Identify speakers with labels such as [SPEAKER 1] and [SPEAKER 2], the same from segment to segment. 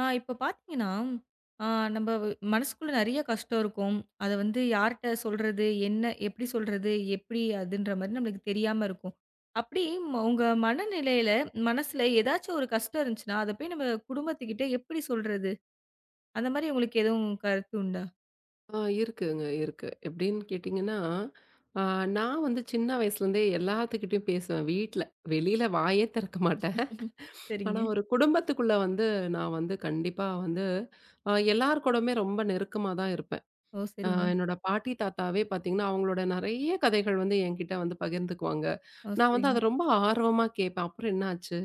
[SPEAKER 1] இப்ப பார்த்தீங்கன்னா, ஆ நம்ப மனசுக்குள்ள நெறைய கஷ்டம் இருக்கும். அத வந்து யார்ட்ட சொல்றது? என்ன எப்படி சொல்றது? எப்படி அதுன்ற மாரி நம்மளுக்கு தெரியாம இருக்கும். அப்படி உங்க மனநிலையில, மனசுல ஏதாச்சும் ஒரு கஷ்டம் இருந்துச்சுன்னா, அத போய் நம்ம குடும்பத்துக்கிட்ட எப்படி சொல்றது? அந்த மாரி உங்களுக்கு எதுவும் கருத்து உண்டா?
[SPEAKER 2] இருக்குங்க, இருக்கு. எப்படின்னு கேட்டிங்கன்னா, ஆ நான் வந்து சின்ன வயசுலேருந்தே எல்லாத்துக்கிட்டயும் பேசுவேன் வீட்ல. வெளியில வாயே திறக்க மாட்டேன்.
[SPEAKER 1] சரிங்க.
[SPEAKER 2] ஆனா ஒரு குடும்பத்துக்குள்ள வந்து நான் வந்து கண்டிப்பா வந்து எல்லார் கூடவுமே ரொம்ப நெருக்கமா தான் இருப்பேன்.
[SPEAKER 1] ஓ! சரிங்க.
[SPEAKER 2] என்னோட பாட்டி, தாத்தாவே பார்த்தீங்கன்னா, அவங்களோட நெறைய கதைகள் வந்து என்கிட்ட வந்து பகிர்ந்துக்குவாங்க.
[SPEAKER 1] ஓ!
[SPEAKER 2] நான் வந்து
[SPEAKER 1] சரிங்க.
[SPEAKER 2] அத ரொம்ப ஆர்வமா கேட்பேன். அப்புறம் என்ன ஆச்சு?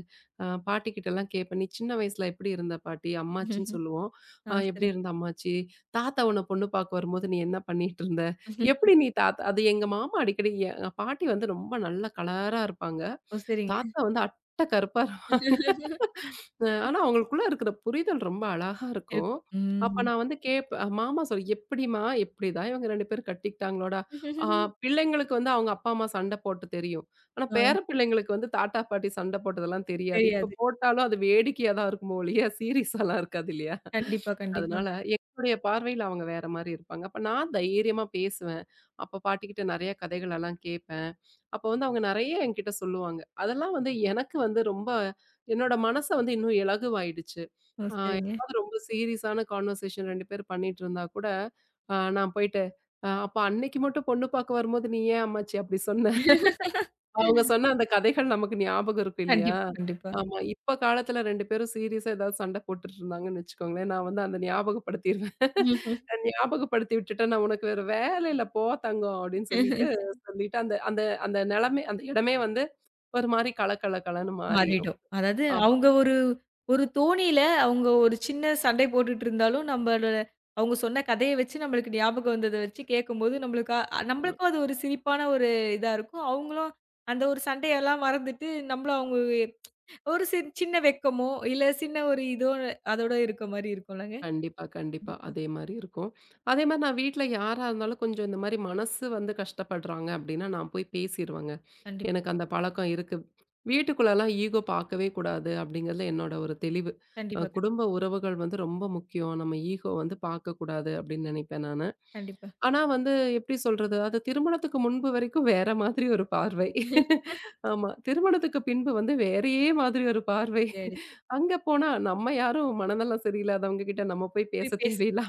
[SPEAKER 2] பாட்டிகிட்டலாம் கேட்பேன். "நீ சின்ன வயசுல எப்படி இருந்த பாட்டி?" அம்மாச்சின்னு சொல்லுவோம்.
[SPEAKER 1] ஆ,
[SPEAKER 2] எப்படி
[SPEAKER 1] சரிங்க.
[SPEAKER 2] இருந்த அம்மாச்சி? தாத்தா உன்ன பொண்ணு பார்க்க வரும்போது நீ என்ன பண்ணிட்டு இருந்த? எப்படி நீ தாத்தா" அது எங்க மாமா அடிக்கடி பாட்டி வந்து ரொம்ப நல்ல கலரா இருப்பாங்க.
[SPEAKER 1] ஓ! சரிங்க.
[SPEAKER 2] தாத்தா வந்து அட்டை கருப்பா இருப்பாங்க. ஆனா அவங்களுக்குள்ள இருக்கிற புரிதல் ரொம்ப அழகா இருக்கும்.
[SPEAKER 1] இருக்கும்.
[SPEAKER 2] அப்ப
[SPEAKER 1] ம்.
[SPEAKER 2] நான் வந்து கேட்பேன். மாமா சொல்லி "எப்படிம்மா? இப்படிதான் இவங்க 2 பேரும் கட்டிக்கிட்டாங்களோடா?" ஆ பிள்ளைங்களுக்கு வந்து அவங்க அப்பா, அம்மா சண்டை போட்டு தெரியும். ஆனா பேர
[SPEAKER 1] ஆ,
[SPEAKER 2] பிள்ளைங்களுக்கு வந்து தாத்தா, பாட்டி சண்டை போட்டதெல்லாம் தெரியாது. இப்ப
[SPEAKER 1] தெரியாது.
[SPEAKER 2] போட்டாலும் அது வேடிக்கையா தான் இருக்குமோ ஒழிய, சீரியஸாலாம் இருக்காது இல்லையா?
[SPEAKER 1] கண்டிப்பா,
[SPEAKER 2] அதனால
[SPEAKER 1] கண்டிப்பாங்க.
[SPEAKER 2] என்னுடைய பார்வையில அவங்க வேற மாரி இருப்பாங்க. அப்ப நான் தைரியமா பேசுவேன். அப்ப பாட்டிக்கிட்ட நெறைய கதைகளெல்லாம் கேட்பேன். அப்ப வந்து அவங்க நெறைய என்கிட்ட சொல்லுவாங்க. அதெல்லாம் வந்து எனக்கு வந்து ரொம்ப என்னோட மனச வந்து இன்னும் இலகுவாயிடுச்சு.
[SPEAKER 1] ஓ!
[SPEAKER 2] ஆ
[SPEAKER 1] சரிங்க.
[SPEAKER 2] ஏதாவது ரொம்ப சீரியஸான கான்வர்சேஷன் 2 பேரும் பண்ணிட்டுருந்தா கூட, நான் போயிட்டு, அப்ப அன்னைக்கு மட்டும் பொண்ணு பார்க்க வரும்போது நீ ஏன் அம்மாச்சி அப்படி சொன்ன?" அவங்க சொன்ன அந்த கதைகள் நமக்கு ஞாபகம் இருக்கும் இல்லையா?
[SPEAKER 1] கண்டிப்பா, கண்டிப்பா.
[SPEAKER 2] ஆமா. இப்ப காலத்துல 2 பேரும் சீரியஸா ஏதாவது சண்டை போட்டுட்டு இருந்தாங்கன்னு வச்சுக்கோங்களேன், நான் வந்து அந்த ஞாபகப்படுத்திருவேன். ஞாபகப்படுத்தி விட்டுட்டேன், "நான் உனக்கு வேற வேலை இல்ல போ தங்கம்" அப்படின்னு சொல்லிட்டு சொல்லிட்டு அந்த அந்த அந்த நிலைமை அந்த இடமே வந்து ஒரு மாரி கலகலகலன்னு மாறிரும்.
[SPEAKER 1] மாறிடும். அதாவது
[SPEAKER 2] ஆமா,
[SPEAKER 1] அவங்க ஒரு ஒரு தோணியில அவங்க ஒரு சின்ன சண்டை போட்டுட்டு இருந்தாலும், நம்மள அவங்க சொன்ன கதைய வச்சு நம்மளுக்கு ஞாபகம் வந்தத வச்சு கேட்கும்போது, நம்மளுக்கு
[SPEAKER 2] ஆமா.
[SPEAKER 1] நம்மளுக்கும் அது ஒரு சிரிப்பான ஒரு இதா இருக்கும். அவங்களும் அந்த ஒரு சண்டையெல்லாம் மறந்துட்டு, நம்மளும் அவங்க ஒரு சின்ன வெட்கமோ, இல்ல சின்ன ஒரு இதோ அதோட இருக்க மாரி இருக்கும்லங்க.
[SPEAKER 2] கண்டிப்பா, கண்டிப்பா. அதே மாரி இருக்கும். அதே மாரி நான் வீட்ல யாரா இருந்தாலும் கொஞ்சம் இந்த மாரி மனசு வந்து கஷ்டப்படுறாங்க அப்படின்னா, நான் போய் பேசிருவேங்க.
[SPEAKER 1] கண்டிப்பா,
[SPEAKER 2] எனக்கு அந்த பழக்கம் இருக்கு. வீட்டுக்குள்ளலாம் ஈகோ பார்க்கவே கூடாது அப்படிங்கிறதுல என்னோட ஒரு தெளிவு.
[SPEAKER 1] கண்டிப்பா, கண்டிப்பா,
[SPEAKER 2] குடும்ப உறவுகள் வந்து ரொம்ப முக்கியம். நம்ம ஈகோ வந்து பார்க்கக்கூடாது அப்படின்னு நினைப்பேன் நானு.
[SPEAKER 1] கண்டிப்பா.
[SPEAKER 2] ஆனா வந்து எப்படி சொல்றது? அது திருமணத்துக்கு முன்பு வரைக்கும் வேற மாதிரி ஒரு பார்வை. ஆமா. திருமணத்துக்கு பின்பு வந்து வேறையே மாதிரி ஒரு பார்வை.
[SPEAKER 1] சரியாயிடுச்சு.
[SPEAKER 2] அங்க போனா நம்ம யாரும் மனநலம் சரியில்லாதவங்க கிட்ட நம்ம போய் பேச
[SPEAKER 1] போய் பேசு
[SPEAKER 2] தேவையில்ல.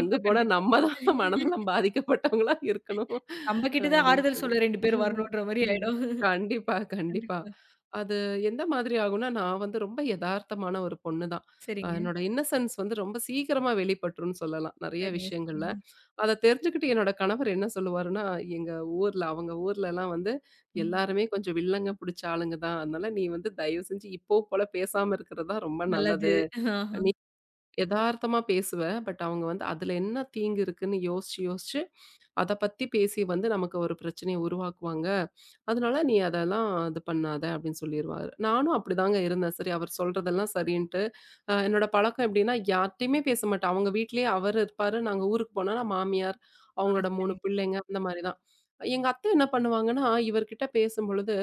[SPEAKER 2] அங்க போனா
[SPEAKER 1] கண்டிப்பா.
[SPEAKER 2] நம்ம தான் மனநலம் பாதிக்கப்பட்டவங்களா இருக்கணும்
[SPEAKER 1] நம்ம கிட்ட தான்
[SPEAKER 2] அப்படின்னு
[SPEAKER 1] ஆறுதல்
[SPEAKER 2] சொல்லி.
[SPEAKER 1] சொல்ல 2 பேர் வரணுன்ற மாரி
[SPEAKER 2] ம்.
[SPEAKER 1] ஆயிடும்.
[SPEAKER 2] கண்டிப்பா, கண்டிப்பா.
[SPEAKER 1] கண்டிப்பா.
[SPEAKER 2] அது எந்த மாதிரி ஆகும்னா, நான் வந்து ரொம்ப எதார்த்தமான ஒரு பொண்ணு தான்.
[SPEAKER 1] சரிங்க,
[SPEAKER 2] என்னோட இன்னசென்ஸ் வந்து ரொம்ப சீக்கிரமா வெளிப்பட்டுரும்னு சொல்லலாம், நெறைய
[SPEAKER 1] சரிங்க,
[SPEAKER 2] விஷயங்கள்ல.
[SPEAKER 1] சரிங்க.
[SPEAKER 2] அத தெரிஞ்சுக்கிட்டு என்னோட கணவர் என்ன சொல்லுவாருன்னா, எங்க ஊர்ல அவங்க ஊர்லலாம் வந்து
[SPEAKER 1] ம்.
[SPEAKER 2] எல்லாருமே கொஞ்சம் வில்லங்க புடிச்ச ஆளுங்க தான். அதனால நீ வந்து தயவு செஞ்சு இப்போ போல பேசாம இருக்கிறது தான் ரொம்ப
[SPEAKER 1] நல்லது.
[SPEAKER 2] நல்லது.
[SPEAKER 1] ஆஹா.
[SPEAKER 2] நீ எதார்த்தமா பேசுவ. பட் அவங்க வந்து அதுல என்ன தீங்கு இருக்குன்னு யோசிச்சு, யோசிச்சு அத பத்தி பேசி வந்து நமக்கு ஒரு பிரச்சனைய உருவாக்குவாங்க. அதனால நீ அதெல்லாம் இது பண்ணாத அப்படின்னு சொல்லிருவாரு. நானும் அப்படிதாங்க இருந்தேன். சரி அவர் சொல்றதெல்லாம் சரின்ட்டு. என்னோட பழக்கம் எப்படின்னா யார்ட்டயுமே பேச மாட்டேன். அவங்க வீட்லயே அவர் இருப்பாரு. நாங்க ஊருக்கு போனா நான் மாமியார்,
[SPEAKER 1] ஆ,
[SPEAKER 2] அவங்களோட 3
[SPEAKER 1] சரிங்க.
[SPEAKER 2] பிள்ளைங்க அந்த மாரி தான். எங்க அத்தை என்ன பண்ணுவாங்கன்னா, இவர்கிட்ட பேசும்பொழுது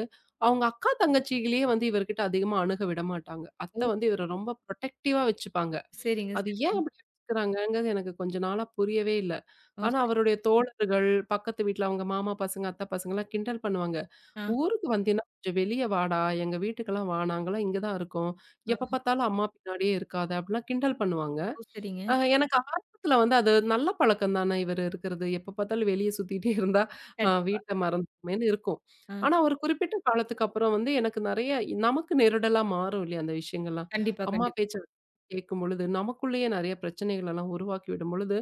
[SPEAKER 2] அவங்க அக்கா, தங்கச்சிகளையே வந்து இவர்கிட்ட அதிகமா அணுக விடமாட்டாங்க.
[SPEAKER 1] ஓ!
[SPEAKER 2] அத்தை வந்து இவர ரொம்ப புரொடெக்டிவா வச்சுப்பாங்க.
[SPEAKER 1] சரிங்க,
[SPEAKER 2] அது ஏன்
[SPEAKER 1] சரிங்க.
[SPEAKER 2] அப்படி எடுத்துக்கிறாங்கங்கிறது எனக்கு கொஞ்ச நாளா புரியவே இல்ல.
[SPEAKER 1] ஓ!
[SPEAKER 2] ஆனா
[SPEAKER 1] சரி.
[SPEAKER 2] அவருடைய தோழர்கள், பக்கத்து வீட்ல அவங்க மாமா பசங்க, அத்தை பசங்கலாம் கிண்டல் பண்ணுவாங்க.
[SPEAKER 1] ஆ,
[SPEAKER 2] "ஊருக்கு வந்தீன்னா கொஞ்சம் வெளிய வாடா, எங்க வீட்டுக்கெல்லாம் வா, நாங்கலாம் இங்க தான் இருக்கோம். எப்ப
[SPEAKER 1] ஆ.
[SPEAKER 2] பார்த்தாலும் அம்மா பின்னாடியே இருக்காத" அப்படிலாம் கிண்டல் பண்ணுவாங்க.
[SPEAKER 1] ஓ! சரிங்க.
[SPEAKER 2] எனக்கு ஆரம்பத்துல வந்து அது நல்ல பழக்கம் தானே இவரு இருக்கிறது. எப்ப பார்த்தாலும் வெளிய சுத்திட்டே இருந்தா,
[SPEAKER 1] கண்டிப்பா.
[SPEAKER 2] வீட்ட மறந்துருமேன்னு இருக்கும்.
[SPEAKER 1] ஆ.
[SPEAKER 2] ஆனா ஒரு குறிப்பிட்ட காலத்துக்கு அப்புறம் வந்து எனக்கு நெறைய நமக்கு நெருடலா மாறும் இல்லையா அந்த விஷயங்கள்லாம்.
[SPEAKER 1] கண்டிப்பா,
[SPEAKER 2] அம்மா
[SPEAKER 1] கண்டிப்பா,
[SPEAKER 2] பேச்ச கேட்கும்பொழுது, நமக்குள்ளேயே நெறைய பிரச்சனைகள் எல்லாம் உருவாக்கி விடும்பொழுது,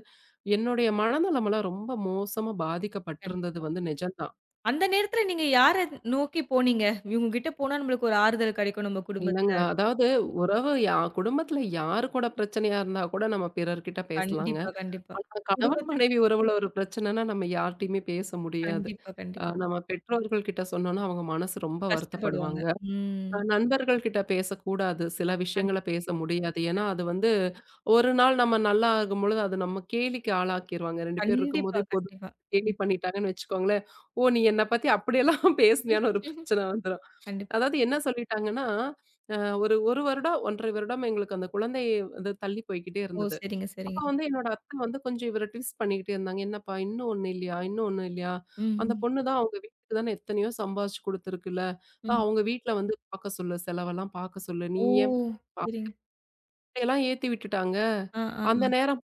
[SPEAKER 2] என்னுடைய மனநலமெல்லாம் ரொம்ப மோசமா பாதிக்கப்பட்டிருந்தது
[SPEAKER 1] கண்டிப்பா.
[SPEAKER 2] வந்து நிஜம்தான்.
[SPEAKER 1] அந்த நேரத்துல நீங்க யார நோக்கி போனீங்க? இவங்க கிட்ட போனா நம்மளுக்கு ஒரு ஆறுதல் கிடைக்கும் நம்ம
[SPEAKER 2] இல்லங்க.
[SPEAKER 1] குடும்பத்துல.
[SPEAKER 2] அதாவது உறவு குடும்பத்துல யாரு கூட பிரச்சனையா இருந்தா கூட நம்ம பிறர்கிட்ட பேசலாங்க.
[SPEAKER 1] கண்டிப்பா, கண்டிப்பா.
[SPEAKER 2] ஆனா கணவன்
[SPEAKER 1] குடும்பத்துல
[SPEAKER 2] மனைவி உறவுல ஒரு பிரச்சனைன்னா நம்ம யார்ட்டயுமே பேச முடியாது.
[SPEAKER 1] கண்டிப்பா, கண்டிப்பா.
[SPEAKER 2] நம்ம பெற்றோர்கள் கிட்ட சொன்னோம்னா அவங்க மனசு ரொம்ப
[SPEAKER 1] கஷ்டப்படுவாங்க.
[SPEAKER 2] வருத்தப்படுவாங்க.
[SPEAKER 1] ம்.
[SPEAKER 2] நண்பர்கள் கிட்ட பேசக்கூடாது. சில விஷயங்கள
[SPEAKER 1] கண்டிப்பா.
[SPEAKER 2] பேச முடியாது. ஏன்னா அது வந்து ஒரு நாள் நம்ம நல்லா ஆகும்பொழுது அது நம்ம கேலிக்கு ஆளாக்கிருவாங்க. 2 பேர்
[SPEAKER 1] கண்டிப்பா,
[SPEAKER 2] இருக்கும்போதே பொது
[SPEAKER 1] கண்டிப்பா.
[SPEAKER 2] கேலி
[SPEAKER 1] ம்.
[SPEAKER 2] பண்ணிட்டாங்கன்னு வச்சுக்கோங்களேன். "ஓ! நீ என்ன பத்தி அப்படியெல்லாம் பேசுனியான்னு" ஒரு பிரச்சனை வந்துரும்.
[SPEAKER 1] கண்டிப்பா.
[SPEAKER 2] அதாவது என்ன சொல்லிட்டாங்கன்னா, அ ஒரு 1 வருடம், 1 1/2 வருடம் எங்களுக்கு அந்த குழந்தை வந்து தள்ளி போய்க்கிட்டே
[SPEAKER 1] ஓ!
[SPEAKER 2] இருந்தது.
[SPEAKER 1] சரிங்க,
[SPEAKER 2] அப்ப
[SPEAKER 1] சரிங்க.
[SPEAKER 2] வந்து என்னோட அத்தை வந்து கொஞ்சம் இவர ட்விஸ்ட் பண்ணிக்கிட்டே இருந்தாங்க. "என்னப்பா இன்னும் ஒண்ணு இல்லையா? இன்னும் ஒண்ணு இல்லையா? அந்த
[SPEAKER 1] ம்,
[SPEAKER 2] பொண்ணு தான் அவங்க வீட்டுக்கு தானே எத்தனையோ சம்பாரிச்சு குடுத்துருக்குல்ல.
[SPEAKER 1] ம்.
[SPEAKER 2] அவங்க வீட்ல வந்து பாக்க சொல்லு. செலவெல்லாம் பாக்க சொல்லு. நீ
[SPEAKER 1] ஓ!
[SPEAKER 2] ஏன்"
[SPEAKER 1] சரிங்க.
[SPEAKER 2] அப்படியெல்லாம் ஏத்தி விட்டுட்டாங்க.
[SPEAKER 1] ஆ, ஆ, ஆ.
[SPEAKER 2] அந்த நேரம்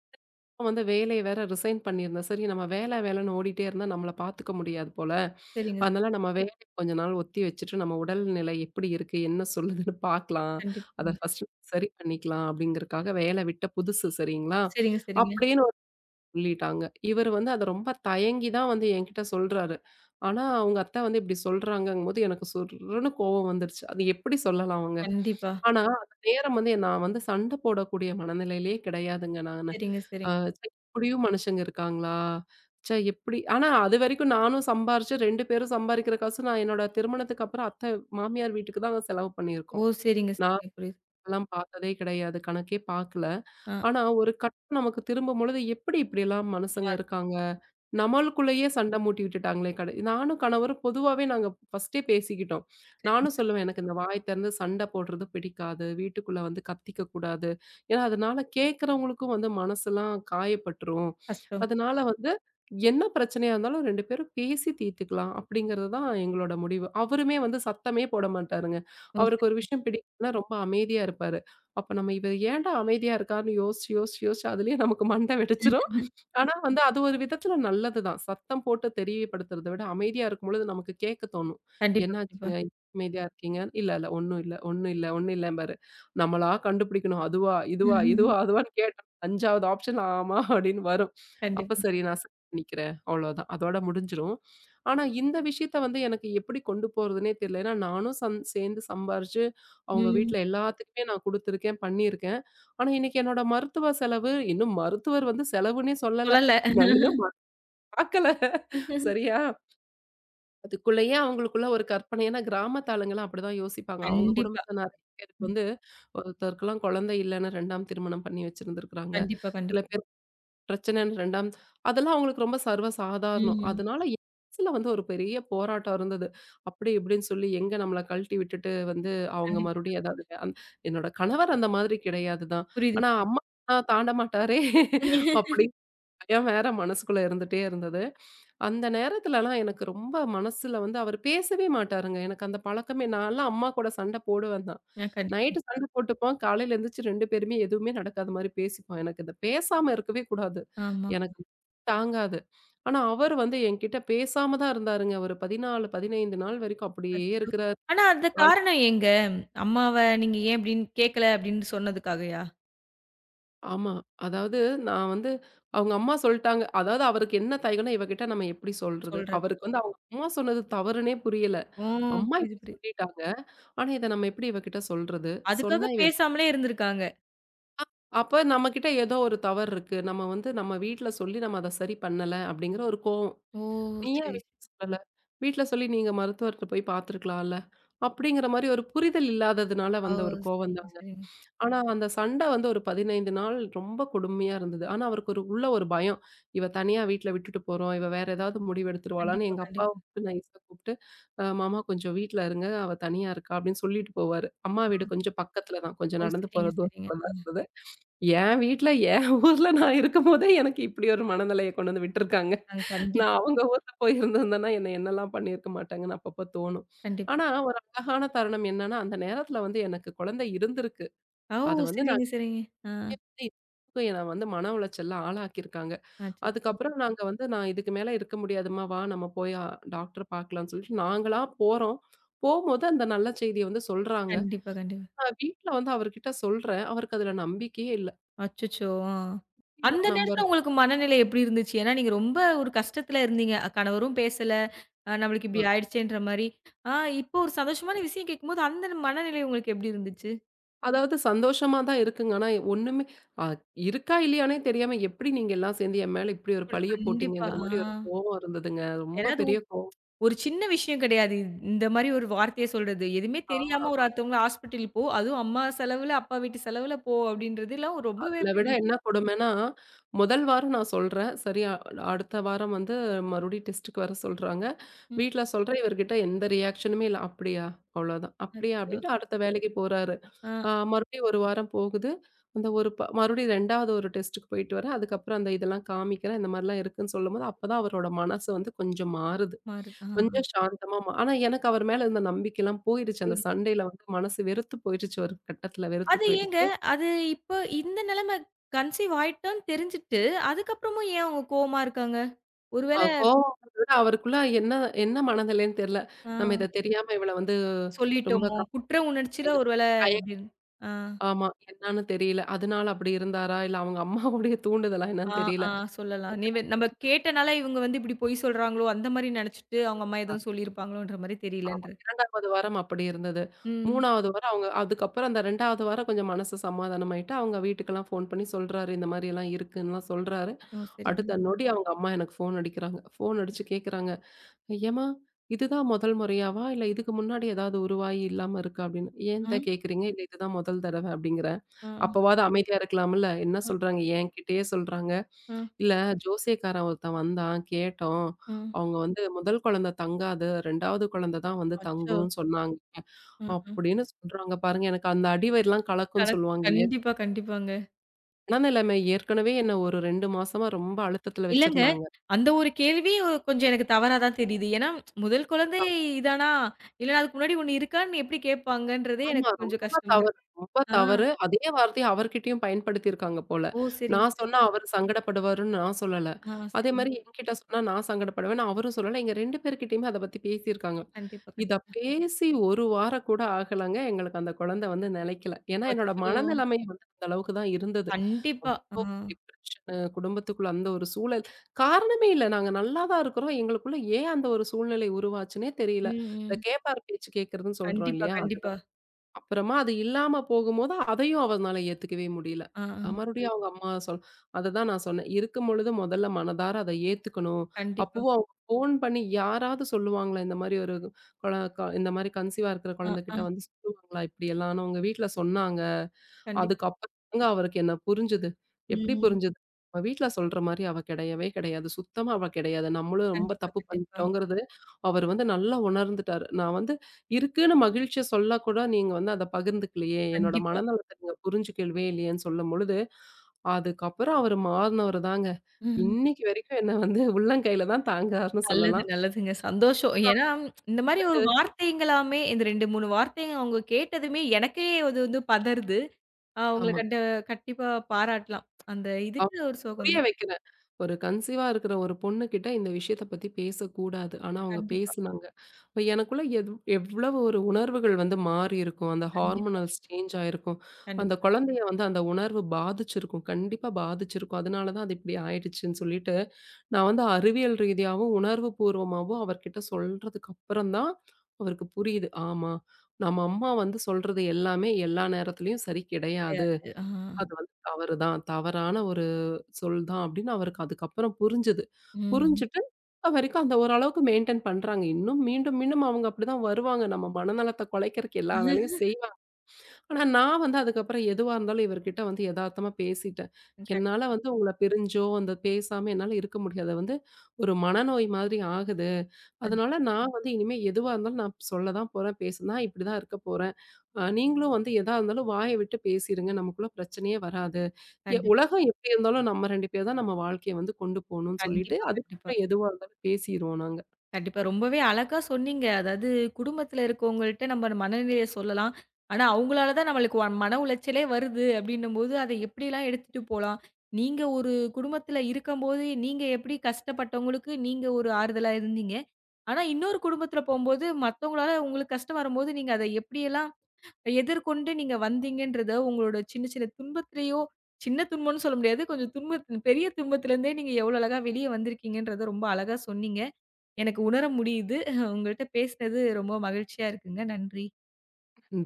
[SPEAKER 2] வந்து வேலைய வேற ரிசைன் பண்ணியிருந்தேன். சரி நம்ம வேல வேலைன்னு ஓடிட்டே இருந்தா நம்மள பாத்துக்க முடியாது போல.
[SPEAKER 1] சரிங்க.
[SPEAKER 2] அதனால நம்ம வேலைய கொஞ்ச நாள் ஒத்தி வச்சுட்டு நம்ம உடல்நிலை எப்படி இருக்கு? என்ன சொல்லுதுன்னு பாக்கலாம்.
[SPEAKER 1] கண்டிப்பா,
[SPEAKER 2] அத
[SPEAKER 1] கண்டிப்பா.
[SPEAKER 2] ஃபர்ஸ்ட்டு சரி பண்ணிக்கலாம் அப்படிங்கிறக்காக வேல விட்ட புதுசு சரிங்களா?
[SPEAKER 1] சரிங்க, சரிங்க.
[SPEAKER 2] அப்படின்னு சொல்லிட்டாங்க. இவரு வந்து அத ரொம்ப தயங்கி தான் வந்து என்கிட்ட சொல்றாரு. ஆனா, அவங்க அத்தை வந்து இப்படி சொல்றாங்கங்கும்போது எனக்கு சொர்ருன்னு கோவம் வந்துருச்சு. அது எப்படி சொல்லலாம் அவங்க?
[SPEAKER 1] கண்டிப்பா.
[SPEAKER 2] ஆனா, அந்த நேரம் வந்து நான் வந்து சண்டை போடக்கூடிய மனநிலையிலேயே கிடையாதுங்க நானு.
[SPEAKER 1] சரிங்க,
[SPEAKER 2] அ
[SPEAKER 1] சரிங்க.
[SPEAKER 2] ச்சே இப்படியும் மனுஷங்க இருக்காங்களா? ச்சே எப்படி ஆனா அதுவரைக்கும் நானும் சம்பாரிச்சு 2 பேரும் சம்பாரிக்கிற காசு நான் என்னோட திருமணத்துக்கு அப்புறம் அத்தை மாமியார் வீட்டுக்கு தான் செலவு
[SPEAKER 1] ஓ!
[SPEAKER 2] பண்ணியிருக்கோம்.
[SPEAKER 1] சரிங்க,
[SPEAKER 2] நான்
[SPEAKER 1] சரிங்க. புரியுது.
[SPEAKER 2] எல்லாம் பார்த்ததே கிடையாது. கணக்கே பார்க்கல.
[SPEAKER 1] ஆ.
[SPEAKER 2] ஆனா, ஒரு கட்டம் நமக்கு திரும்பும்பொழுது, எப்படி இப்படிலாம் மனுசங்க
[SPEAKER 1] மாறும்.
[SPEAKER 2] இருக்காங்க? நம்மளுக்குள்ளேயே சண்டை மூட்டி விட்டுட்டாங்களே கடை நானும் கணவரும் பொதுவாவே நாங்க ஃபர்ஸ்ட்டே பேசிக்கிட்டோம்.
[SPEAKER 1] சரிங்க
[SPEAKER 2] நானும்
[SPEAKER 1] சார்.
[SPEAKER 2] சொல்லுவேன், "எனக்கு இந்த வாய் திறந்து சண்டை போடுறது பிடிக்காது. வீட்டுக்குள்ள வந்து கத்திக்க கூடாது. ஏன்னா, அதனால கேட்கிறவங்களுக்கும் வந்து மனசுலாம் காயப்பட்டுரும்.
[SPEAKER 1] கஷ்டம்.
[SPEAKER 2] அதனால வந்து என்ன பிரச்சனையா இருந்தாலும் 2 பேரும் பேசி தீர்த்துக்கலாம்." அப்படிங்கிறது தான் எங்களோட முடிவு. அவருமே வந்து சத்தமே போட மாட்டாருங்க.
[SPEAKER 1] ஓ!
[SPEAKER 2] அவருக்கு ஒரு
[SPEAKER 1] சரிங்க.
[SPEAKER 2] விஷயம் பிடிக்கும்னா ரொம்ப அமைதியா இருப்பாரு. அப்ப நம்ம இவர் ஏன்டா அமைதியா இருக்காருன்னு யோசிச்சு, யோசிச்சு, யோசிச்சு அதுலயே நமக்கு மண்டை வெடிச்சிரும்.
[SPEAKER 1] ம்ஹ்ம்.
[SPEAKER 2] ஆனா வந்து அது ஒரு விதத்துல நல்லது தான். சத்தம் போட்டு தெரியப்படுத்துறத விட அமைதியா இருக்கும்பொழுது நமக்கு கேட்க தோணும்.
[SPEAKER 1] கண்டிப்பா, கண்டிப்பா.
[SPEAKER 2] என்னாச்சுங்க? அமைதியா இருக்கீங்க? இல்ல, இல்ல. ஒண்ணும் இல்ல, ஒண்ணும் இல்ல, ஒண்ணும் இல்லம்பாரு. நம்மளா கண்டுபிடிக்கணும். அதுவா? இதுவா? இதுவா? அதுவான்னு கேட்டா 5வது ஆப்ஷன் ஆமா அப்படின்னு வரும். அப்ப
[SPEAKER 1] கண்டிப்பா.
[SPEAKER 2] சரி நான் செக் பண்ணிக்கிறேன். அவ்வளோதான். அதோட முடிஞ்சிரும். ஆனா, இந்த விஷயத்த வந்து எனக்கு எப்படி கொண்டு போறதுன்னே தெரியல. ஏன்னா, நானும் சேர்ந்து சம்பாரிச்சு, அவங்க
[SPEAKER 1] ம்.
[SPEAKER 2] வீட்ல எல்லாத்துக்குமே நான் குடுத்துருக்கேன், பண்ணியிருக்கேன். ஆனா, இன்னைக்கு என்னோட மருத்துவ செலவு இன்னும் மருத்துவர் வந்து செலவுன்னே சொல்லல.
[SPEAKER 1] சொல்லல.
[SPEAKER 2] நாங்க இன்னும் பாக்கல. சரியா? அதுக்குள்ளயே அவங்களுக்குள்ள ஒரு கற்பனை. ஏன்னா, கிராமத்து ஆளுங்கலாம் அப்படிதான் யோசிப்பாங்க. அவங்க
[SPEAKER 1] கண்டிப்பா.
[SPEAKER 2] குடும்பத்துல நிறைய பேருக்கு
[SPEAKER 1] ம்.
[SPEAKER 2] வந்து ஒருத்தருக்கெல்லாம் குழந்தை இல்லன்னு 2ஆம் திருமணம் பண்ணி வச்சிருந்திருக்காங்க.
[SPEAKER 1] கண்டிப்பா,
[SPEAKER 2] சில
[SPEAKER 1] கண்டிப்பா.
[SPEAKER 2] பேர் பிரச்சனைன்னு 2 அதெல்லாம் அவங்களுக்கு ரொம்ப சர்வ சாதாரணம்.
[SPEAKER 1] ம்.
[SPEAKER 2] அதனால என் மனசுல வந்து ஒரு பெரிய போராட்டம் இருந்தது. அப்படி இப்படின்னு சொல்லி எங்க நம்மள கழட்டி விட்டுட்டு வந்து அவங்க
[SPEAKER 1] கண்டிப்பா.
[SPEAKER 2] மறுபடியும் ஏதாவது என்னோட கணவர் அந்த மாதிரி கிடையாது தான்.
[SPEAKER 1] புரியுது,
[SPEAKER 2] ஆனா
[SPEAKER 1] புரியுது.
[SPEAKER 2] அம்மா தாண்ட மாட்டாரே! அப்படின்னு பயம் வேற மனசுக்குள்ள இருந்துட்டே இருந்தது. அந்த நேரத்துலலாம் எனக்கு ரொம்ப மனசுல வந்து அவர் பேசவே மாட்டாருங்க. எனக்கு அந்த பழக்கமே நான்லாம் அம்மா கூட சண்ட போடுவேன் தான்.
[SPEAKER 1] ஆ, கண்டிப்பா.
[SPEAKER 2] நைட்டு சண்ட போட்டுப்போம். காலையில எந்திரிச்சு 2 பேருமே எதுவுமே நடக்காத மாரி பேசிப்போம். எனக்கு இந்த பேசாம இருக்கவே கூடாது.
[SPEAKER 1] ஆமா.
[SPEAKER 2] எனக்கு தாங்காது. ஆனா, அவர் வந்து என்கிட்ட பேசாம தான் இருந்தாருங்க. ஒரு 14, 15 நாள் வரைக்கும் அப்படியே
[SPEAKER 1] அச்சோ!
[SPEAKER 2] இருக்கிறாரு.
[SPEAKER 1] ஆனா அந்த
[SPEAKER 2] கால்
[SPEAKER 1] காரணம் ஏங்க? அம்மாவ நீங்க ஏன் இப்படின்னு கேட்கல அப்படின்னு சொன்னதுக்காகயா?
[SPEAKER 2] ஆமா. அதாவது நான் வந்து அவங்க அம்மா சொல்ட்டாங்க. அதாவது அவருக்கு என்ன தயக்கம்னா இவகிட்ட நம்ம எப்படி சொல்றது?
[SPEAKER 1] சொல்றது.
[SPEAKER 2] அவருக்கு வந்து அவங்க அம்மா சொன்னது தவறுன்னே புரியல.
[SPEAKER 1] ஓ!
[SPEAKER 2] அம்மா
[SPEAKER 1] புரியுது,
[SPEAKER 2] இப்படி
[SPEAKER 1] புரியுது.
[SPEAKER 2] சொல்லிட்டாங்க. ஆனா, இத நம்ம எப்படி இவகிட்ட சொல்றது?
[SPEAKER 1] அதுக்காக
[SPEAKER 2] சொன்னா இவ
[SPEAKER 1] பேசாமலே இருந்திருக்காங்க.
[SPEAKER 2] அப்ப நம்மகிட்ட ஏதோ ஒரு தவறு இருக்கு. நம்ம வந்து நம்ம வீட்ல சொல்லி நம்ம அத சரி பண்ணல அப்படிங்கிற ஒரு கோவம்.
[SPEAKER 1] ஓ!
[SPEAKER 2] நீ ஏன்
[SPEAKER 1] சரி, சரி.
[SPEAKER 2] வீட்ல சொல்லல? வீட்ல சொல்லி நீங்க மருத்துவர்ட்ட போய் பார்த்துருக்கலாம்ல. அப்படிங்கிற மாரி ஒரு புரிதல் இல்லாததுனால
[SPEAKER 1] ஓ!
[SPEAKER 2] வந்த ஒரு கோவம்
[SPEAKER 1] சரிங்க,
[SPEAKER 2] தாங்க.
[SPEAKER 1] சரிங்க.
[SPEAKER 2] ஆனா, அந்த சண்டை வந்து ஒரு 15 நாள் ரொம்ப கொடுமையா இருந்தது. ஆனா, அவருக்கு ஒரு உள்ள ஒரு பயம். இவ தனியா வீட்ல விட்டுட்டு போறோம். இவ வேற ஏதாவது முடிவு எடுத்துருவாளான்னு
[SPEAKER 1] கண்டிப்பா,
[SPEAKER 2] எங்க அப்பாவ
[SPEAKER 1] கண்டிப்பா.
[SPEAKER 2] கூப்பிட்டு நைஸா கூப்பிட்டு, மாமா கொஞ்சம் வீட்ல இருங்க. அவ தனியா இருக்கா அப்படின்னு சொல்லிட்டு போவாரு. அம்மா வீடு
[SPEAKER 1] ம்.
[SPEAKER 2] கொஞ்சம் பக்கத்துல தான்.
[SPEAKER 1] ஓ!
[SPEAKER 2] கொஞ்சம் நடந்து போற
[SPEAKER 1] சரிங்க, சரிங்க.
[SPEAKER 2] தூரத்துல தான் இருந்தது. என் வீட்ல, என் ஊர்ல நான் இருக்கும்போதே எனக்கு இப்படி ஒரு மனநிலைய கொண்டு வந்து விட்டுருக்காங்க.
[SPEAKER 1] ஆ,
[SPEAKER 2] நான்
[SPEAKER 1] கண்டிப்பா,
[SPEAKER 2] அவங்க ஊர்ல போய் இருந்திருந்தேன்னா, என்னை என்னலாம் பண்ணியிருக்க மாட்டாங்கன்னு அப்பப்போ தோணும்.
[SPEAKER 1] கண்டிப்பா.
[SPEAKER 2] ஆனா, ஒரு அழகான தருணம் என்னன்னா, அந்த நேரத்துல வந்து எனக்கு குழந்தை இருந்திருக்கு.
[SPEAKER 1] ஓ!
[SPEAKER 2] அத வந்து
[SPEAKER 1] சரிங்க,
[SPEAKER 2] நான்
[SPEAKER 1] சரிங்க. ஆ.
[SPEAKER 2] இப்ப நான் வந்து மன உளைச்சல்ல ஆளாக்கியிருக்காங்க.
[SPEAKER 1] அச்சச்சோ!
[SPEAKER 2] அதுக்கப்புறம் நாங்க வந்து நான் இதுக்கு மேல இருக்க முடியாதும்மா! வா நம்ம போய் டாக்டர பார்க்கலான்னு சொல்லிட்டு நாங்களா போறோம். போம்போது அந்த நல்ல செய்திய வந்து சொல்றாங்க.
[SPEAKER 1] கண்டிப்பா, கண்டிப்பா.
[SPEAKER 2] நான் வீட்ல வந்து அவர்கிட்ட சொல்றேன். அவருக்கு அதுல நம்பிக்கையே இல்ல.
[SPEAKER 1] அச்சச்சோ! ஆ. அந்த
[SPEAKER 2] நான்
[SPEAKER 1] நேரத்துல
[SPEAKER 2] நம்புறது
[SPEAKER 1] உங்களுக்கு மனநிலை எப்படி இருந்துச்சு? ஏன்னா, நீங்க ரொம்ப ஒரு கஷ்டத்துல இருந்தீங்க. கணவரும் பேசல. நம்மளுக்கு இப்படி
[SPEAKER 2] அ
[SPEAKER 1] ஆயிடுச்சேன்ற மாரி. ஆ. இப்போ ஒரு சந்தோஷமான விஷயம் கேட்கும்போது, அந்த மனநிலை உங்களுக்கு எப்படி இருந்துச்சு?
[SPEAKER 2] அதாவது சந்தோஷமா தான் இருக்குங்க. ஆனா ஒண்ணுமே அ இருக்கா இல்லையான்னே தெரியாம எப்படி நீங்க எல்லாம் சேர்ந்து என் மேல இப்படி ஒரு பழிய
[SPEAKER 1] கண்டிப்பா.
[SPEAKER 2] போட்டீங்கங்கிற
[SPEAKER 1] ஆ.
[SPEAKER 2] மாரி ஒரு கோவம் இருந்ததுங்க.
[SPEAKER 1] ஏன்னா
[SPEAKER 2] ரொம்ப
[SPEAKER 1] அது
[SPEAKER 2] பெரிய கோவம்.
[SPEAKER 1] ஒரு சின்ன விஷயம் கிடையாது. இந்த மாரி ஒரு வார்த்தைய சொல்றது. எதுவுமே தெரியாம ஒரு
[SPEAKER 2] ஆமா.
[SPEAKER 1] அடுத்தவங்கள ஹாஸ்பிட்டல் போ, அதுவும் அம்மா செலவுல, அப்பா வீட்டு செலவுல போ அப்படின்றதுலாம் ரொம்பவே
[SPEAKER 2] அத
[SPEAKER 1] பெரிய
[SPEAKER 2] விட என்ன
[SPEAKER 1] விஷயம்.
[SPEAKER 2] கொடுமைன்னா, முதல் வாரம் நான் சொல்றேன். சரி அடுத்த வாரம் வந்து மறுபடியும் டெஸ்ட்டுக்கு வர சொல்றாங்க.
[SPEAKER 1] ம்.
[SPEAKER 2] வீட்ல சொல்றேன். இவர்கிட்ட எந்த ரியாக்ஷனுமே இல்ல. "அப்படியா? அவ்வளோதான். அப்படியா?"
[SPEAKER 1] அச்சோ!
[SPEAKER 2] அப்படின்ட்டு அடுத்த வேலைக்கு போறாரு.
[SPEAKER 1] ஆ.
[SPEAKER 2] மறுபடியும் 1 வாரம் போகுது. அந்த ஒரு மறுபடியும் 2வது ஒரு டெஸ்ட்டுக்கு போயிட்டு வரேன். அதுக்கப்புறம் அந்த இதெல்லாம் காமிக்கிறேன். இந்த மாரிலாம் இருக்குன்னு சொல்லும்போது, அப்பதான் அவரோட மனசு வந்து கொஞ்சம் மாறுது.
[SPEAKER 1] மாறு ஆ ஆ,
[SPEAKER 2] கொஞ்சம் சாந்தமா ஆனா எனக்கு அவர் மேல இருந்த நம்பிக்கைலாம் போயிடுச்சு. அந்த
[SPEAKER 1] போயிடுச்சு.
[SPEAKER 2] சண்டையில வந்து மனசு வெறுத்து போயிடுச்சு ஒரு கட்டத்துல வெறுத்து
[SPEAKER 1] அது ஏங்க,
[SPEAKER 2] போயிடுச்சு.
[SPEAKER 1] அது இப்ப இந்த நிலைமை கன்சீவ் ஆயிட்டோன்னு தெரிஞ்சுட்டு, அதுக்கப்புறமும் ஏன் அவங்க கோவமா இருக்காங்க? ஒருவேள
[SPEAKER 2] கோவம் வந்தது அவருக்குள்ள என்ன என்ன மனநிலைன்னு தெரியல.
[SPEAKER 1] ஆ,
[SPEAKER 2] நம்ம இத தெரியாம இவள வந்து ரொம்ப
[SPEAKER 1] சொல்லிட்டோமோ? குற்ற உணர்ச்சியில
[SPEAKER 2] கம்ப்ளைண்ட்
[SPEAKER 1] ஒருவேள
[SPEAKER 2] தயக்
[SPEAKER 1] அப்படின்னு ஆ,
[SPEAKER 2] ஆமா. என்னான்னு தெரியல. அதனால அப்படி இருந்தாரா? இல்ல அவங்க அம்மாவுடைய தூண்டுதலா
[SPEAKER 1] ஆ,
[SPEAKER 2] என்னன்னு தெரியல.
[SPEAKER 1] ஆ, சொல்லலாம். நீ வே- நம்ம கேட்டனால இவங்க வந்து இப்படி பொய் சொல்றாங்களோ, அந்த மாரி நெனைச்சுட்டு அவங்க அம்மா எதுவும் சொல்லியிருப்பாங்களோன்ற மாரி
[SPEAKER 2] ஆமா.
[SPEAKER 1] தெரியலன்ற
[SPEAKER 2] 2வது வாரம் அப்படி இருந்தது.
[SPEAKER 1] ம்.
[SPEAKER 2] 3வது வாரம் அவங்க அதுக்கப்புறம் அந்த 2வது வாரம் கொஞ்சம் மனசு சமாதானமாயிட்டு, அவங்க வீட்டுக்கெல்லாம் ஃபோன் பண்ணி சொல்றாரு. இந்த மாரியெல்லாம் இருக்குன்னுலாம் சொல்றாரு.
[SPEAKER 1] ஓ! சரிங்க.
[SPEAKER 2] அடுத்த நொடி அவங்க அம்மா எனக்கு ஃபோன் அடிக்கிறாங்க. ஃபோன் அடிச்சு கேட்கறாங்க. ஏம்மா, இதுதான் முதல் முறையாவா? இல்ல இதுக்கு முன்னாடி ஏதாவது உருவாகி இல்லாம இருக்கா? அப்படின்னு.
[SPEAKER 1] ஆ,
[SPEAKER 2] ஏன்ட்ட கேட்கிறீங்க? இல்ல இதுதான் முதல் தடவ அப்படிங்கிறேன்.
[SPEAKER 1] ஆ,
[SPEAKER 2] அப்பவாது அமைதியா இருக்கலாம்ல. என்ன
[SPEAKER 1] ஆ,
[SPEAKER 2] சொல்றாங்க? என்கிட்டயே சொல்றாங்க.
[SPEAKER 1] ஆ,
[SPEAKER 2] இல்ல ஜோசியக்காரன் ஒருத்தன் வந்தான், கேட்டோம்.
[SPEAKER 1] ஆ.
[SPEAKER 2] அவங்க வந்து முதல் குழந்தை தங்காது, 2வது குழந்தை தான் வந்து
[SPEAKER 1] அச்சோ!
[SPEAKER 2] தங்கும்னு சொன்னாங்க.
[SPEAKER 1] ம், ம்.
[SPEAKER 2] அப்படின்னு சொல்றாங்க பாருங்க. எனக்கு அந்த அடிவயிறுலாம்
[SPEAKER 1] கர
[SPEAKER 2] கலக்கும்னு சொல்லுவாங்க இல்லையா?
[SPEAKER 1] கண்டிப்பா, கண்டிப்பாங்க.
[SPEAKER 2] மனநிலைமை ஏற்கனவே என்ன ஒரு 2 மாசமா ரொம்ப அழுத்தத்துல
[SPEAKER 1] இல்லங்க.
[SPEAKER 2] வச்சிருந்தாங்க.
[SPEAKER 1] அந்த ஒரு கேள்வி கொஞ்சம் எனக்கு தவறா தான் தெரியுது. ஏன்னா, முதல் குழந்தை இதானா? இல்ல அதுக்கு முன்னாடி ஒண்ணு இருக்கான்னு எப்படி கேட்பாங்கன்றதே எனக்கு
[SPEAKER 2] ஆமா.
[SPEAKER 1] கொஞ்சம்
[SPEAKER 2] ரொம்ப
[SPEAKER 1] கஷ்டமா
[SPEAKER 2] தவறு
[SPEAKER 1] இருக்கு.
[SPEAKER 2] ரொம்ப
[SPEAKER 1] ஆ.
[SPEAKER 2] தவறு. அதே வார்த்தைய அவர்கிட்டயும் பயன்படுத்தியிருக்காங்க போல.
[SPEAKER 1] ஓ! சரிங்க,
[SPEAKER 2] நான்
[SPEAKER 1] சரிங்க.
[SPEAKER 2] சொன்னா அவரு சங்கடப்படுவாருன்னு நான் சொல்லல.
[SPEAKER 1] ஆ, சரிங்க.
[SPEAKER 2] அதேமாரி என்கிட்ட சொன்னா நான் சங்கடப்படுவேன்னு அவரும் சொல்லல. எங்க 2 பேர்கிட்டயுமே அத பத்தி பேசியிருக்காங்க.
[SPEAKER 1] கண்டிப்பா,
[SPEAKER 2] இத
[SPEAKER 1] கண்டிப்பா.
[SPEAKER 2] பேசி 1 வாரம் கூட ஆகலங்க. எங்களுக்கு அந்த குழந்தை வந்து நிலைக்கல. ஏன்னா, என்னோட
[SPEAKER 1] அச்சோ!
[SPEAKER 2] மனநிலைமை வந்து அந்த அளவுக்கு தான் இருந்தது.
[SPEAKER 1] கண்டிப்பா. ஆ.
[SPEAKER 2] அவ்ளோ டிப்ரஷனு குடும்பத்துக்குள்ள அந்த ஒரு சூழல். காரணமே இல்ல. நாங்க நல்லா தான் இருக்கிறோம். எங்களுக்குள்ள ஏன் அந்த ஒரு சூழ்நிலை உருவாச்சுன்னே
[SPEAKER 1] ம்,
[SPEAKER 2] தெரியல. இந்த
[SPEAKER 1] ம்.
[SPEAKER 2] கேப்பார் பேச்சு கேட்கிறதுன்னு சொல்றோம்
[SPEAKER 1] கண்டிப்பா,
[SPEAKER 2] இல்லையா? அது
[SPEAKER 1] கண்டிப்பா.
[SPEAKER 2] அப்புறமா அது இல்லாம போகும்போது, அதையும் அவனால ஏத்துக்கவே முடியல.
[SPEAKER 1] ஆ, ஆ.
[SPEAKER 2] மறுபடியும் அவங்க அம்மா சொல் அததான் நான் சொன்னேன். இருக்கும் பொழுது முதல்ல மனதார அத ஏத்துக்கணும்.
[SPEAKER 1] கண்டிப்பா.
[SPEAKER 2] அப்பவும் அவங்க ஃபோன் பண்ணி யாராவது சொல்லுவாங்களா? இந்த மாரி ஒரு கொழ க இந்த மாரி கன்சீவா இருக்கிற
[SPEAKER 1] ஆ, ஆ.
[SPEAKER 2] குழந்தைகிட்ட வந்து சொல்லுவாங்களா? இப்படியெல்லாம் ஆனா உங்க வீட்ல சொன்னாங்க.
[SPEAKER 1] கண்டிப்பா.
[SPEAKER 2] அதுக்கப்புறம் தாங்க அவருக்கு என்ன புரிஞ்சது. எப்படி
[SPEAKER 1] ம்.
[SPEAKER 2] புரிஞ்சது? நம்ம வீட்ல சொல்ற மாரி அவ கிடையவே கிடையாது. சுத்தமா அவ கிடையாது. நம்மளும் ரொம்ப
[SPEAKER 1] கண்டிப்பா,
[SPEAKER 2] தப்பு
[SPEAKER 1] கண்டிப்பா.
[SPEAKER 2] பண்ணிட்டோங்கிறது, அவர் வந்து நல்லா உணர்ந்துட்டாரு. நான் வந்து இருக்குன்னு மகிழ்ச்சிய சொல்ல கூட நீங்க வந்து அத பகிர்ந்துக்கலையே! என்னோட
[SPEAKER 1] கண்டிப்பா.
[SPEAKER 2] மனநலத்த நீங்க புரிஞ்சுக்கவே இல்லையேன்னு சொல்லும்பொழுது, அதுக்கப்புறம் அவரு மாறுனவரு தாங்க.
[SPEAKER 1] ம்.
[SPEAKER 2] இன்னைக்கு வரைக்கும் என்ன வந்து உள்ளங்கையில தான் தாங்குறார்ன்னு
[SPEAKER 1] நல்லது, நல்லதுங்க. சந்தோஷம். ஏன்னா, இந்த மாரி ஒரு
[SPEAKER 2] சொல்லலாம்.
[SPEAKER 1] வார்த்தைங்களாமே இந்த 2, 3 வார்த்தைங்க அவங்க கேட்டதுமே எனக்கே அது வந்து பதறுது. உங்கள கண்டிப்பா பாராட்டலாம். அந்த
[SPEAKER 2] அப்
[SPEAKER 1] இதுக்கு ஒரு சுகம்
[SPEAKER 2] புரிய
[SPEAKER 1] தான்.
[SPEAKER 2] வைக்கிறேன். ஒரு கன்சீவா இருக்கிற ஒரு பொண்ணுகிட்ட இந்த விஷயத்த பத்தி பேசக்கூடாது. ஆனா அவங்க
[SPEAKER 1] கண்டிப்பா,
[SPEAKER 2] பேசுனாங்க. இப்ப எனக்குள்ள எவ்வளவு ஒரு உணர்வுகள் வந்து மாறியிருக்கும். அந்த
[SPEAKER 1] கண்டிப்பா,
[SPEAKER 2] ஹார்மோனல்ஸ் சேஞ்ச் ஆயிருக்கும். அந்த
[SPEAKER 1] கண்டிப்பா.
[SPEAKER 2] குழந்தைய வந்து அந்த உணர்வு பாதிச்சிருக்கும். கண்டிப்பா பாதிச்சிருக்கும். அதனால தான் அது இப்படி ஆயிடுச்சுன்னு சொல்லிட்டு, நான் வந்து அறிவியல் ரீதியாவும், உணர்வு பூர்வமாவும் அவர்கிட்ட சொல்றதுக்கு அப்புறம் தான் அவருக்கு புரியுது. ஆமா, நம்ம அம்மா வந்து சொல்றது எல்லாமே எல்லா நேரத்துலயும் சரி கிடையாது.
[SPEAKER 1] கிடையாது. ஆ.
[SPEAKER 2] அது வந்து தவறு தான். தவறான ஒரு சொல் தான் அப்படின்னு அவருக்கு அதுக்கப்புறம் புரிஞ்சது.
[SPEAKER 1] ம்.
[SPEAKER 2] புரிஞ்சுட்டு இப்ப வரைக்கும் அந்த ஓரளவுக்கு மெயின்டெயின் பண்றாங்க. இன்னும் மீண்டும் மீண்டும் அவங்க அப்படிதான் வருவாங்க. நம்ம மனநலத்த குலைக்கிறக்கு எல்லா வேலையும் செய்வாங்க. ஆனா நான் வந்து அதுக்கப்புறம் எதுவா இருந்தாலும் இவர்கிட்ட வந்து எதார்த்தமா பேசிட்டேன்.
[SPEAKER 1] கண்டிப்
[SPEAKER 2] என்னால வந்து உங்கள பிரிஞ்சோ, அந்த பேசாம என்னால இருக்க முடியாது. அது வந்து ஒரு மனநோய் மாதிரி ஆகுது.
[SPEAKER 1] கண்டிப்
[SPEAKER 2] அதனால நான் வந்து இனிமே எதுவா இருந்தாலும் நான் சொல்ல தான் போறேன், பேச நான் இப்படிதான் இருக்க போறேன். நீங்களும் வந்து எதா இருந்தாலும் வாய விட்டு பேசிருங்க. நமக்குள்ள பிரச்சனையே வராது.
[SPEAKER 1] கண்டிப்
[SPEAKER 2] உலகம் எப்படி இருந்தாலும் நம்ம 2 பேர் தான் நம்ம வாழ்க்கைய வந்து கொண்டு போணும்னு சொல்லிட்டு,
[SPEAKER 1] கண்டிப்பா, கண்டிப்பா.
[SPEAKER 2] அதுக்கப்புறம் எதுவா இருந்தாலும் பேசிருவோம் நாங்க.
[SPEAKER 1] கண்டிப்பா. ரொம்பவே அழகா சொன்னீங்க. அதாவது குடும்பத்தில இருக்கவங்கள்ட்ட நம்ம மனநிலைய சொல்லலாம். ஆனா, அவங்களால தான் நம்மளுக்கு ஒ மன உளைச்சலே வருது அப்படின்னும்போது, அத எப்படிலாம் எடுத்துட்டு போலாம்? நீங்க ஒரு குடும்பத்தில இருக்கும்போது, நீங்க எப்படி கஷ்டப்பட்டவங்களுக்கு நீங்க ஒரு ஆறுதலா இருந்தீங்க. ஆனா, இன்னொரு குடும்பத்தில போம்போது, மத்தவங்களால உங்களுக்கு கஷ்டம் வரும்போது, நீங்க அத எப்படியெல்லாம் எதிர்கொண்டு நீங்க வந்தீங்கன்றத, உங்களோட சின்ன சின்ன துன்பத்திலேயோ சின்ன துன்பம்னு சொல்ல முடியாது. கொஞ்சம் துன்பத் பெரிய துன்பத்திலேருந்தே நீங்க எவ்வளோ அழகா வெளிய வந்திருக்கீங்கன்றத ரொம்ப அழகா சொன்னீங்க. எனக்கு உணர முடியுது. உங்கள்ட்ட பேசினது ரொம்ப மகிழ்ச்சியா இருக்குங்க. நன்றி.
[SPEAKER 2] நன்றி.